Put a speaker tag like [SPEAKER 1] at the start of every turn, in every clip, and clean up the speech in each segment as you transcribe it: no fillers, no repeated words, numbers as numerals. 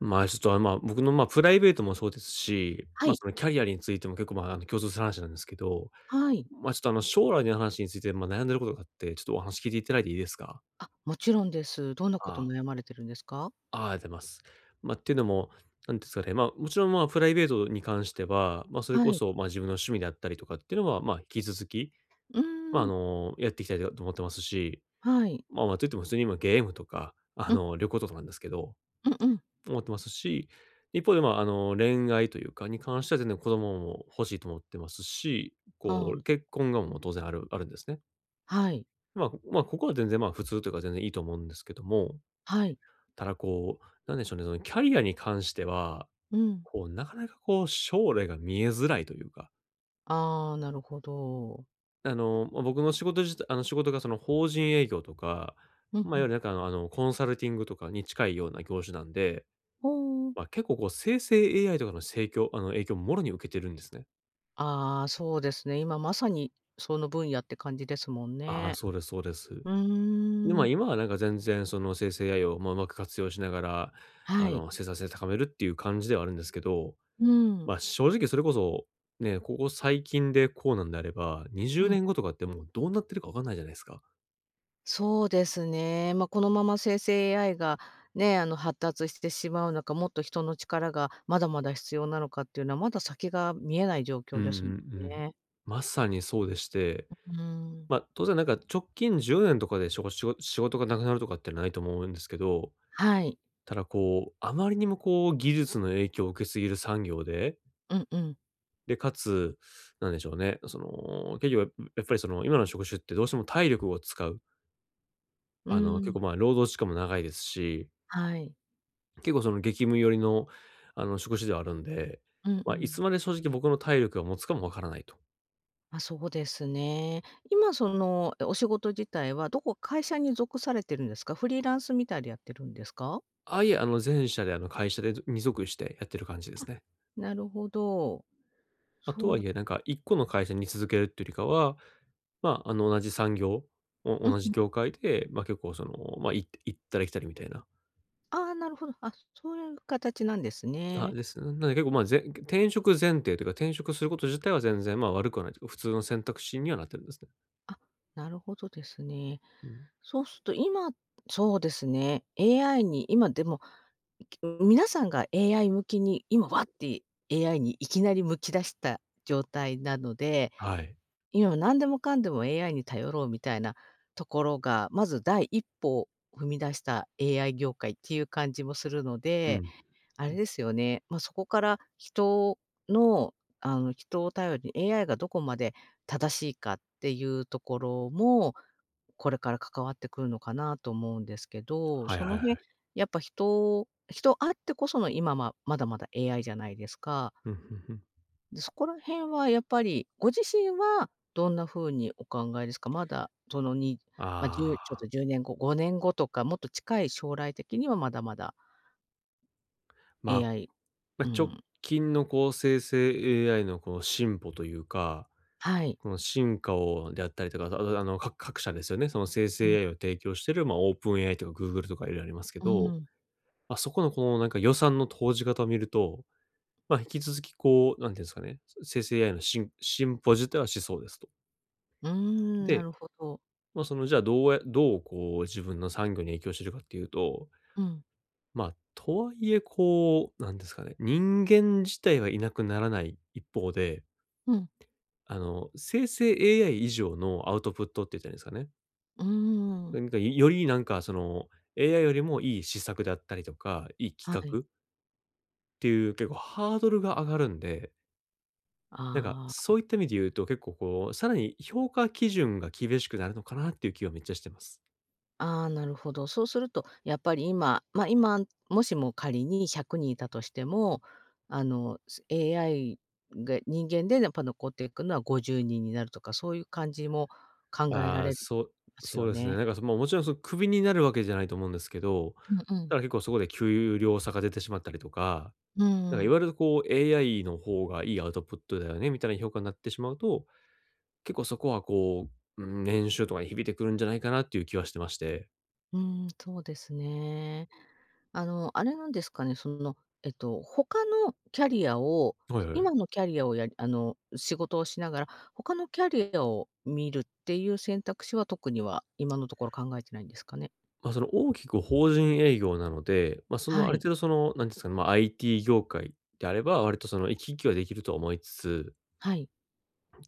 [SPEAKER 1] ちょっと、僕の、プライベートもそうですし、
[SPEAKER 2] はい、
[SPEAKER 1] そのキャリアについても結構、共通する話なんですけど、
[SPEAKER 2] はい。
[SPEAKER 1] ちょっと、将来の話について、悩んでることがあって、ちょっとお話聞いていただいていいですか？
[SPEAKER 2] あ、もちろんです。どんなこ
[SPEAKER 1] あ
[SPEAKER 2] と
[SPEAKER 1] あ、
[SPEAKER 2] 悩まれてるんですか？
[SPEAKER 1] ああ、ありがとうございます。っていうのも、なんていうんですかね、もちろん、プライベートに関しては、それ
[SPEAKER 2] は
[SPEAKER 1] こ
[SPEAKER 2] い。
[SPEAKER 1] そ、自分の趣味であったりとかっていうのは、引き続き、
[SPEAKER 2] うーん、
[SPEAKER 1] やっていきたいと思ってますし、
[SPEAKER 2] はい。
[SPEAKER 1] といっても普通に今ゲームとか、
[SPEAKER 2] うん、
[SPEAKER 1] 旅行とかなんですけど
[SPEAKER 2] うんうん。
[SPEAKER 1] 思ってますし、一方で、恋愛というかに関しては全然子供も欲しいと思ってますし、
[SPEAKER 2] ああ、
[SPEAKER 1] こう、結婚がもう当然あるんですね。
[SPEAKER 2] はい、
[SPEAKER 1] ここは全然、普通というか全然いいと思うんですけども、
[SPEAKER 2] はい。
[SPEAKER 1] ただこう、なんでしょうね、そのキャリアに関しては、
[SPEAKER 2] うん。
[SPEAKER 1] こう、なかなかこう、将来が見えづらいというか、
[SPEAKER 2] ああ、なるほど。
[SPEAKER 1] 僕の仕事自体仕事がその法人営業とか、
[SPEAKER 2] うんう
[SPEAKER 1] いわゆ
[SPEAKER 2] ん。
[SPEAKER 1] るなんか、コンサルティングとかに近いような業種なんで、
[SPEAKER 2] ほう。
[SPEAKER 1] 結構こう生成 AI とかの影響をもろに受けてるんですね。
[SPEAKER 2] ああ、そうですね。今まさにその分野って感じですもん
[SPEAKER 1] ああ、
[SPEAKER 2] ね。
[SPEAKER 1] そうですそうです。
[SPEAKER 2] う
[SPEAKER 1] で、
[SPEAKER 2] ーん。
[SPEAKER 1] 今はなんか全然その生成 AI を、うまく活用しながら、
[SPEAKER 2] はい。
[SPEAKER 1] 生産性高めるっていう感じではあるんですけど、
[SPEAKER 2] うん。
[SPEAKER 1] 正直それこそ、ね、ここ最近でこうなんであれば、20
[SPEAKER 2] うん。
[SPEAKER 1] 年後とかってもうどうなってるかわかんないじゃないですか。
[SPEAKER 2] そうですね。まあ、このまま生成 AI が発達してしまうのか、もっと人の力がまだまだ必要なのかっていうのは、まだ先が見えない状
[SPEAKER 1] う
[SPEAKER 2] 況
[SPEAKER 1] んうんう
[SPEAKER 2] ですもん
[SPEAKER 1] ん。
[SPEAKER 2] ね。
[SPEAKER 1] まさにそうでして、
[SPEAKER 2] うーん。
[SPEAKER 1] 当然なんか直近10年とかでしょ仕事がなくなるとかってないと思うんですけど、
[SPEAKER 2] はい。
[SPEAKER 1] ただこう、あまりにもこう技術の影響を受けすぎる産業で、
[SPEAKER 2] うんうん。
[SPEAKER 1] で、かつ、なんでしょうね、その、結局やっぱりその今の職種ってどうしても体力を使う、
[SPEAKER 2] うー
[SPEAKER 1] 結
[SPEAKER 2] ん。
[SPEAKER 1] 構まあ労働時間も長いですし、
[SPEAKER 2] はい。
[SPEAKER 1] 結構その激務寄りの、職種ではあるんで、
[SPEAKER 2] うんう
[SPEAKER 1] い
[SPEAKER 2] ん。
[SPEAKER 1] つまで正直僕の体力が持つかもわからないと。
[SPEAKER 2] あ、そうですね。今お仕事自体はどこ会社に属されてるんですか？フリーランスみたいでやってるんですか？
[SPEAKER 1] ああ、いえ、あの前者であの会社で二属足してやってる感じで
[SPEAKER 2] あ、
[SPEAKER 1] すね。
[SPEAKER 2] なるほど。そ
[SPEAKER 1] と
[SPEAKER 2] う、う
[SPEAKER 1] は
[SPEAKER 2] ん
[SPEAKER 1] いえ、なんか1個の会社に続けるっていうよりかは、同じ産業、
[SPEAKER 2] うん。
[SPEAKER 1] 同じ業界で、結構その、行ったり来たりみたいな。
[SPEAKER 2] ああ、なるほど。あ、そういう形なんです
[SPEAKER 1] あ、
[SPEAKER 2] ね。
[SPEAKER 1] ですね。なんで結構、転職前提というか、転職すること自体は全然、悪くはないというか、普通の選択肢にはなってるんですね。
[SPEAKER 2] あ、なるほどですね。
[SPEAKER 1] うん。
[SPEAKER 2] そうすると今そうですね、AI に今でも、皆さんが AI 向きに、今わって AI にいきなり向き出した状態なので、
[SPEAKER 1] はい。
[SPEAKER 2] 今は何でもかんでも AI に頼ろうみたいなところが、まず第一歩を踏み出した AI 業界っていう感じもするの
[SPEAKER 1] う
[SPEAKER 2] で、
[SPEAKER 1] ん。
[SPEAKER 2] あれですよね。まあ、そこから人の、あの、人を頼りに AI がどこまで正しいかっていうところも、これから関わってくるのかなと思うんですけど、
[SPEAKER 1] はい
[SPEAKER 2] そ
[SPEAKER 1] はい
[SPEAKER 2] の
[SPEAKER 1] は
[SPEAKER 2] 辺、
[SPEAKER 1] い。
[SPEAKER 2] やっぱ人あってこその今、まだまだ AI じゃないですか。
[SPEAKER 1] うん、うんうん。
[SPEAKER 2] で、そこら辺はやっぱり、ご自身はどんな風にお考えですか？まだ10
[SPEAKER 1] あ
[SPEAKER 2] ちょっと
[SPEAKER 1] あ。
[SPEAKER 2] 1年後、5年後とか、もっと近い将来的にはまだまだ
[SPEAKER 1] まあ
[SPEAKER 2] AI。 う
[SPEAKER 1] 直
[SPEAKER 2] ん、
[SPEAKER 1] 近のこう生成 AI のこの進歩というか、
[SPEAKER 2] はい。
[SPEAKER 1] この進化をであったりとか、あと各社ですよね、その生
[SPEAKER 2] う
[SPEAKER 1] 成
[SPEAKER 2] ん、
[SPEAKER 1] AI を提供している、オープン AI とか Google とか色々ありますけ
[SPEAKER 2] う
[SPEAKER 1] ど、
[SPEAKER 2] ん、
[SPEAKER 1] そこのこのなんか予算の投じ方を見ると、引き続きこう、なんていうんですかね、生成 AI の進歩自体はしそうですと。
[SPEAKER 2] うーん、な
[SPEAKER 1] で、
[SPEAKER 2] るほど。
[SPEAKER 1] そのじゃあどうこう自分の産業に影響してるかっていうと、
[SPEAKER 2] うん、
[SPEAKER 1] とはいえこう、なんですかね、人間自体はいなくならない一方で
[SPEAKER 2] うん、
[SPEAKER 1] 生成 AI 以上のアウトプットって言ったらいいんですかね。
[SPEAKER 2] うーん、
[SPEAKER 1] なんか、よりなんかその、AI よりもいい施策であったりとか、いい
[SPEAKER 2] は
[SPEAKER 1] 企
[SPEAKER 2] い。
[SPEAKER 1] 画っていう結構ハードルが上がるんで、なんか
[SPEAKER 2] ああ。
[SPEAKER 1] そういった意味で言うと結構こう、さらに評価基準が厳しくなるのかなっていう気はめっちゃしてます。
[SPEAKER 2] ああ、なるほど。そうすると、やっぱり今、もしも仮に100人いたとしても、AI が人間でやっぱ残っていくのは50人になるとか、そういう感じも考えら
[SPEAKER 1] ああ、
[SPEAKER 2] れるます
[SPEAKER 1] そ
[SPEAKER 2] よ
[SPEAKER 1] うですね。
[SPEAKER 2] ね。
[SPEAKER 1] なんか、そまあ、もちろんそのクビになるわけじゃないと思うんですけど、
[SPEAKER 2] うんうん。
[SPEAKER 1] ただ結構そこで給料差が出てしまったりとか、
[SPEAKER 2] うん
[SPEAKER 1] なん
[SPEAKER 2] う
[SPEAKER 1] かい
[SPEAKER 2] ん。
[SPEAKER 1] わゆるこう AI の方がいいアウトプットだよねみたいな評価になってしまうと結構そこはこう、うん、年収とかに響いてくるんじゃないかなっていう気はしてまして。
[SPEAKER 2] うーん、そうですね。あの、あれなんですかね、他のキャリアを、
[SPEAKER 1] はいはい。
[SPEAKER 2] 今のキャリアをやりあの、仕事をしながら、他のキャリアを見るっていう選択肢は特には今のところ考えてないんですかね？
[SPEAKER 1] その大きく法人営業なので、そ
[SPEAKER 2] は
[SPEAKER 1] のある
[SPEAKER 2] い。
[SPEAKER 1] 程度その、なんていうんですかね、IT 業界であれば、割とその行き来はできるとは思いつつ、
[SPEAKER 2] はい。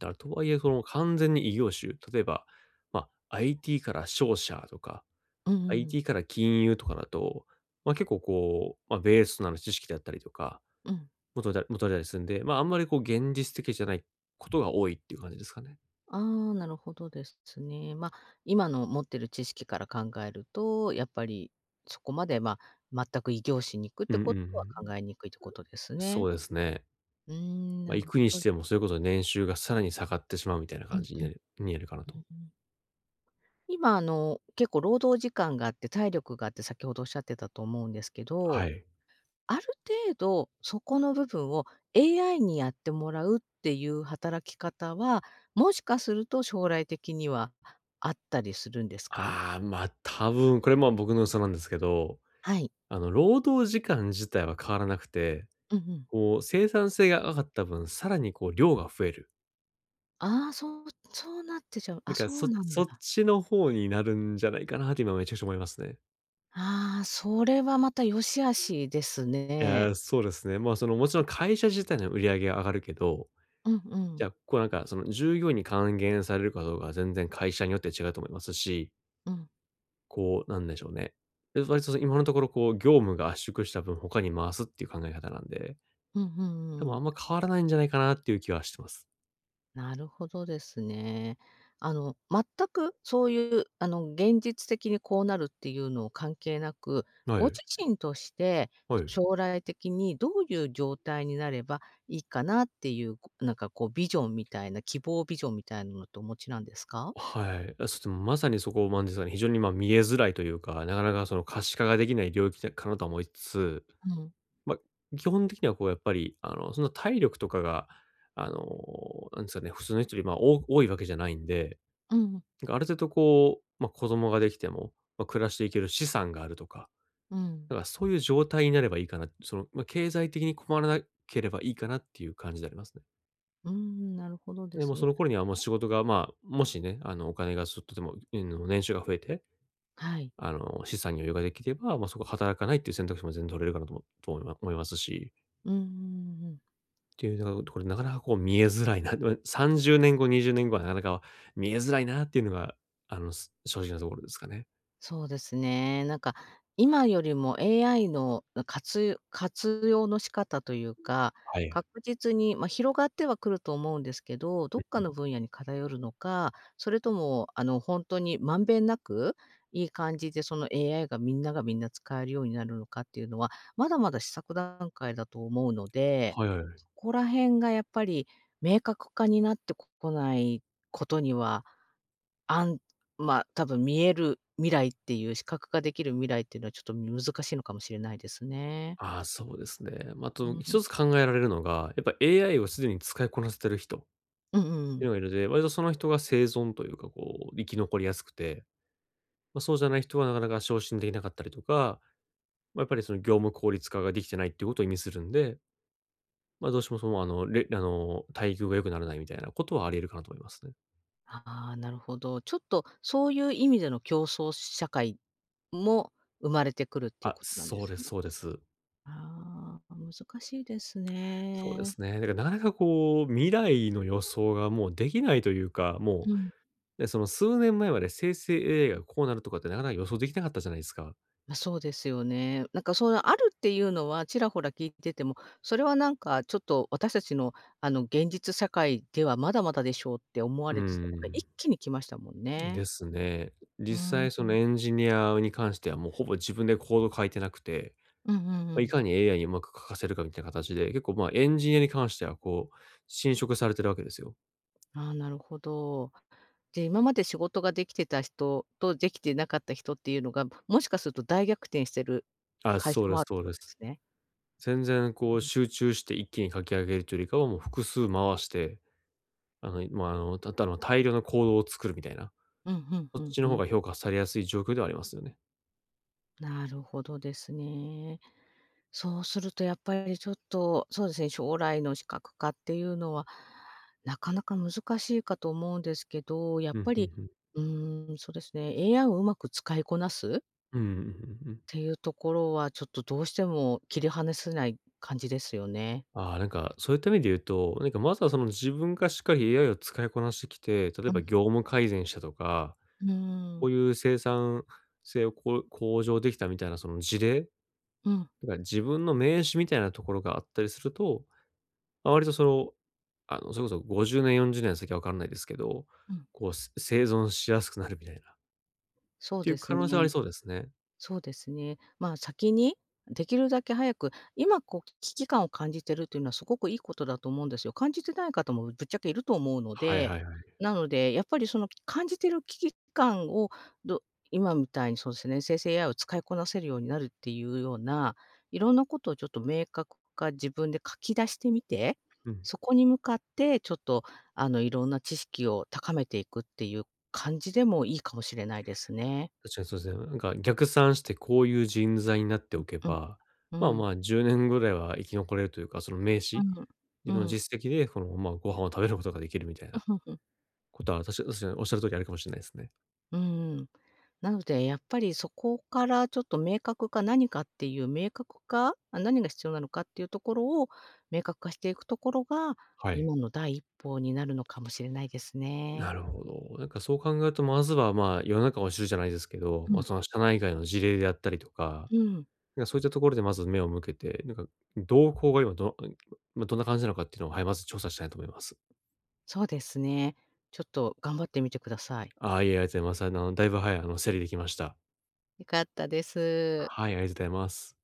[SPEAKER 1] だとはいえその完全に異業種、例えば、IT から商社とか、
[SPEAKER 2] うんうんうん。
[SPEAKER 1] IT から金融とかだと、結構こう、ベースとなる知識であったりとか、
[SPEAKER 2] うん。
[SPEAKER 1] もとれたりするんで、あんまりこう現実的じゃないことが多いっていう感じですかね。
[SPEAKER 2] ああ、なるほどですね。まあ、今の持ってる知識から考えると、やっぱりそこまで、まあ、全く異業種に行くっ
[SPEAKER 1] う
[SPEAKER 2] て
[SPEAKER 1] んうん
[SPEAKER 2] こ
[SPEAKER 1] う
[SPEAKER 2] とは
[SPEAKER 1] ん。
[SPEAKER 2] 考えにくいってことですね。
[SPEAKER 1] そうですね。
[SPEAKER 2] うーん、な
[SPEAKER 1] 行
[SPEAKER 2] る
[SPEAKER 1] く
[SPEAKER 2] ほ
[SPEAKER 1] にし
[SPEAKER 2] ど。
[SPEAKER 1] ても、それこそ年収がさらに下がってしまうみたいな
[SPEAKER 2] うん
[SPEAKER 1] 感じに
[SPEAKER 2] うん。
[SPEAKER 1] になるかな
[SPEAKER 2] う
[SPEAKER 1] と。
[SPEAKER 2] んうん。今、結構労働時間があって、体力があって、先ほどおっしゃってたと思うんですけど、
[SPEAKER 1] はい。
[SPEAKER 2] ある程度そこの部分を AI にやってもらうっていう働き方は、もしかすると将来的にはあったりするんですか？
[SPEAKER 1] ああ、多分、これ、僕の嘘なんですけど、
[SPEAKER 2] はい。
[SPEAKER 1] 労働時間自体は変わらなくて、
[SPEAKER 2] うんうん。
[SPEAKER 1] こう、生産性が上がった分、さらにこう量が増える。
[SPEAKER 2] ああ、そうそうなってちゃう。
[SPEAKER 1] な
[SPEAKER 2] あ、
[SPEAKER 1] んか、
[SPEAKER 2] そうなんだ。
[SPEAKER 1] そっちの方になるんじゃないかなって今めちゃくちゃ思いますね。
[SPEAKER 2] ああ、それはまた良し悪しです
[SPEAKER 1] いや
[SPEAKER 2] ね。
[SPEAKER 1] ー、そうですね。その、もちろん会社自体の売り上げが上がるけど、
[SPEAKER 2] うんう
[SPEAKER 1] じゃ
[SPEAKER 2] ん。
[SPEAKER 1] あ、こう、なんか、その、従業員に還元されるかどうかは全然会社によって違うと思いますし
[SPEAKER 2] うん。
[SPEAKER 1] こう、なんでしょうね。で、割とその今のところこう、業務が圧縮した分、他に回すっていう考え方なんで、
[SPEAKER 2] うんう
[SPEAKER 1] 多
[SPEAKER 2] んう
[SPEAKER 1] 分あ
[SPEAKER 2] ん。
[SPEAKER 1] んま変わらないんじゃないかなっていう気はしてます。
[SPEAKER 2] なるほどですね。全くそういう、現実的にこうなるっていうのを関係なく、
[SPEAKER 1] は
[SPEAKER 2] ご
[SPEAKER 1] い。
[SPEAKER 2] 自身として
[SPEAKER 1] はい。
[SPEAKER 2] 将来的にどういう状態になればいいかなっていう、なんかこうビジョンみたいな、希望ビジョンみたいなのってお持ちなんですか？
[SPEAKER 1] はい。あ、そして、まさにそこなんですかね、非常に見えづらいというか、なかなかその可視化ができない領域かなとは思いつつ、
[SPEAKER 2] うん。
[SPEAKER 1] 基本的にはこうやっぱり、そんな体力とかが、あの、なんですかね、普通の人より、多いわけじゃないんで、
[SPEAKER 2] うん、
[SPEAKER 1] なんかある程度こう、子供ができても、暮らしていける資産があるとか
[SPEAKER 2] うん。
[SPEAKER 1] だからそういう状態になればいいかな。その、経済的に困らなければいいかなっていう感じでありますね。
[SPEAKER 2] うーん、なるほどで
[SPEAKER 1] で、も
[SPEAKER 2] す
[SPEAKER 1] うそ
[SPEAKER 2] ね。
[SPEAKER 1] の頃にはもう仕事が、もしね、お金がちょっとでも、年収が増えて、
[SPEAKER 2] はい。
[SPEAKER 1] 資産に余裕ができれば、そこ働かないっていう選択肢も全然取れるかなと思いますし、
[SPEAKER 2] うんうんうんうん。
[SPEAKER 1] っていうのが、これなかなかこう見えづらいな、30年後、20年後はなかなか見えづらいなっていうのが、正直なところですかね。
[SPEAKER 2] そうですね。なんか、今よりも AI の活用の仕方というか、
[SPEAKER 1] はい。
[SPEAKER 2] 確実に、まあ、広がってはくると思うんですけど、ど
[SPEAKER 1] う
[SPEAKER 2] っ
[SPEAKER 1] ん
[SPEAKER 2] か
[SPEAKER 1] う
[SPEAKER 2] の
[SPEAKER 1] ん。
[SPEAKER 2] 分野に偏るのか、それとも、本当にまんべんなく、いい感じでその AI がみんながみんな使えるようになるのかっていうのは、まだまだ試作段階だと思うので、
[SPEAKER 1] はいはい。
[SPEAKER 2] そこら辺がやっぱり明確化になってこないことには、あん多分見える未来っていう、視覚化できる未来っていうのはちょっと難しいのかもしれないですね。
[SPEAKER 1] ああ、そうですね。まあ、あ
[SPEAKER 2] う
[SPEAKER 1] と
[SPEAKER 2] ん。
[SPEAKER 1] 一つ考えられるのが、やっぱ AI をすでに使いこなせてる人っ
[SPEAKER 2] うんうんう
[SPEAKER 1] ていう
[SPEAKER 2] ん。
[SPEAKER 1] のがいるので、割とその人が生存というか、こう、生き残りやすくて、まあ、そうじゃない人はなかなか昇進できなかったりとか、まあ、やっぱりその業務効率化ができてないっていうことを意味するんで、まあ、どうしてもその、あの、待遇が良くならないみたいなことはあり得るかなと思いますね。
[SPEAKER 2] ああ、なるほど。ちょっとそういう意味での競争社会も生まれてくるっていう
[SPEAKER 1] あ、
[SPEAKER 2] ことなんで
[SPEAKER 1] そう
[SPEAKER 2] す
[SPEAKER 1] です
[SPEAKER 2] ね。
[SPEAKER 1] そうです。
[SPEAKER 2] ああ、難しいです
[SPEAKER 1] そうで
[SPEAKER 2] ね。
[SPEAKER 1] すね。だからなかなかこう、未来の予想がもうできないというか、も
[SPEAKER 2] う
[SPEAKER 1] う
[SPEAKER 2] ん。
[SPEAKER 1] で、その数年前まで生成 AI がこうなるとかってなかなか予想できなかったじゃないですか。
[SPEAKER 2] ま、そうですよね。なんか、あるっていうのはちらほら聞いてても、それはなんか、ちょっと私たちの、現実社会ではまだまだでしょうって思わ
[SPEAKER 1] うー
[SPEAKER 2] れてたのが
[SPEAKER 1] ん、
[SPEAKER 2] 一気に来ましたもんね。
[SPEAKER 1] ですね。
[SPEAKER 2] う
[SPEAKER 1] 実
[SPEAKER 2] ー
[SPEAKER 1] 際その
[SPEAKER 2] ん。
[SPEAKER 1] エンジニアに関してはもうほぼ自分でコード書いてなくて、
[SPEAKER 2] うんうんう
[SPEAKER 1] ま、い
[SPEAKER 2] ん。
[SPEAKER 1] かに AI にうまく書かせるかみたいな形で、結構、ま、エンジニアに関してはこう、侵食されてるわけですよ。
[SPEAKER 2] ああ、なるほど。で、今まで仕事ができてた人とできてなかった人っていうのが、もしかすると大逆転してる
[SPEAKER 1] あ、
[SPEAKER 2] 会社
[SPEAKER 1] そうで
[SPEAKER 2] もあ
[SPEAKER 1] す
[SPEAKER 2] るって
[SPEAKER 1] そう
[SPEAKER 2] こ
[SPEAKER 1] で
[SPEAKER 2] とで
[SPEAKER 1] す。
[SPEAKER 2] すね。
[SPEAKER 1] 全然
[SPEAKER 2] う
[SPEAKER 1] こう
[SPEAKER 2] ん。
[SPEAKER 1] 集中して一気に書き上げるというよりかは、もう複数回して、あの、まあ、あの、たたの大量のコードを作るみたいな、
[SPEAKER 2] うん、うん
[SPEAKER 1] そ
[SPEAKER 2] う
[SPEAKER 1] っ
[SPEAKER 2] ん
[SPEAKER 1] ちの
[SPEAKER 2] う
[SPEAKER 1] 方
[SPEAKER 2] ん。
[SPEAKER 1] が評価されやすい状況ではありますよね。
[SPEAKER 2] なるほどですね。そうするとやっぱりちょっと、そうですね、将来の資格化っていうのは、なかなか難しいかと思うんですけど、やっ
[SPEAKER 1] う
[SPEAKER 2] ぱ
[SPEAKER 1] ん、ふん
[SPEAKER 2] り、
[SPEAKER 1] ふん。
[SPEAKER 2] うーん、そうですね、AI をうまく使いこなすっ
[SPEAKER 1] うんうんうんうん。
[SPEAKER 2] ていうところは、ちょっとどうしても切り離せない感じですよね。
[SPEAKER 1] ああ、なんか、そういった意味で言うと、なんかまずはその自分がしっかり AI を使いこなしてきて、例え
[SPEAKER 2] うん、
[SPEAKER 1] ば業務改善したとか、
[SPEAKER 2] うー
[SPEAKER 1] こ
[SPEAKER 2] ん、
[SPEAKER 1] ういう生産性をこう向上できたみたいなその事例、
[SPEAKER 2] うん、
[SPEAKER 1] だか自分の名刺みたいなところがあったりすると、ま、割とその、あの、それこそ50年、40年先はわかんないですけど、
[SPEAKER 2] うん、
[SPEAKER 1] こう、生存しやすくなるみたいな、っ
[SPEAKER 2] そう
[SPEAKER 1] てい
[SPEAKER 2] で
[SPEAKER 1] う
[SPEAKER 2] す
[SPEAKER 1] 可能性はあ
[SPEAKER 2] ね。
[SPEAKER 1] りそうですね。
[SPEAKER 2] そうですね。まあ、先にできるだけ早く、今こう危機感を感じてるっていうのはすごくいいことだと思うんですよ。感じてない方もぶっちゃけいると思うの
[SPEAKER 1] はい
[SPEAKER 2] で、
[SPEAKER 1] はいはい。
[SPEAKER 2] なのでやっぱりその感じてる危機感をど今みたいにそうですね、生成 AI を使いこなせるようになるっていうような、いろんなことをちょっと明確化自分で書き出してみて、
[SPEAKER 1] うん。
[SPEAKER 2] そこに向かってちょっといろんな知識を高めていくっていう感じでもいいかもしれないですね。
[SPEAKER 1] 確かにそうですね。なんか逆算してこういう人材になっておけ
[SPEAKER 2] うん、
[SPEAKER 1] ば、まあ
[SPEAKER 2] うん。
[SPEAKER 1] まあ10年ぐらいは生き残れるというか、その名刺、
[SPEAKER 2] う
[SPEAKER 1] 自分
[SPEAKER 2] ん。
[SPEAKER 1] の
[SPEAKER 2] うん。
[SPEAKER 1] 実績でこの、まあ、ご飯を食べることができるみたいな ことは、確かにおっしゃる通りあるかもしれないですね。
[SPEAKER 2] うん。うん。なので、やっぱりそこからちょっと明確化、何かっていう明確化、あ、何が必要なのかっていうところを明確化していくところが、
[SPEAKER 1] はい。
[SPEAKER 2] 今の第一歩になるのかもしれないですね。
[SPEAKER 1] なるほど。なんかそう考えると、まずはまあ世の中を知るじゃないですけど、
[SPEAKER 2] う
[SPEAKER 1] まあ
[SPEAKER 2] ん。
[SPEAKER 1] その社内外の事例であったりとか、
[SPEAKER 2] うん。
[SPEAKER 1] なんかそういったところでまず目を向けて、なんか動向が今ど、まあ、どんな感じなのかっていうのを、はい、まず調査したいと思います。
[SPEAKER 2] そうですね。ちょっと頑張ってみてください。
[SPEAKER 1] ああ、いえ、ありがとうございます。あの、だいぶ、はい、あの、整理できました。
[SPEAKER 2] 良かったです。
[SPEAKER 1] はい、ありがとうございます。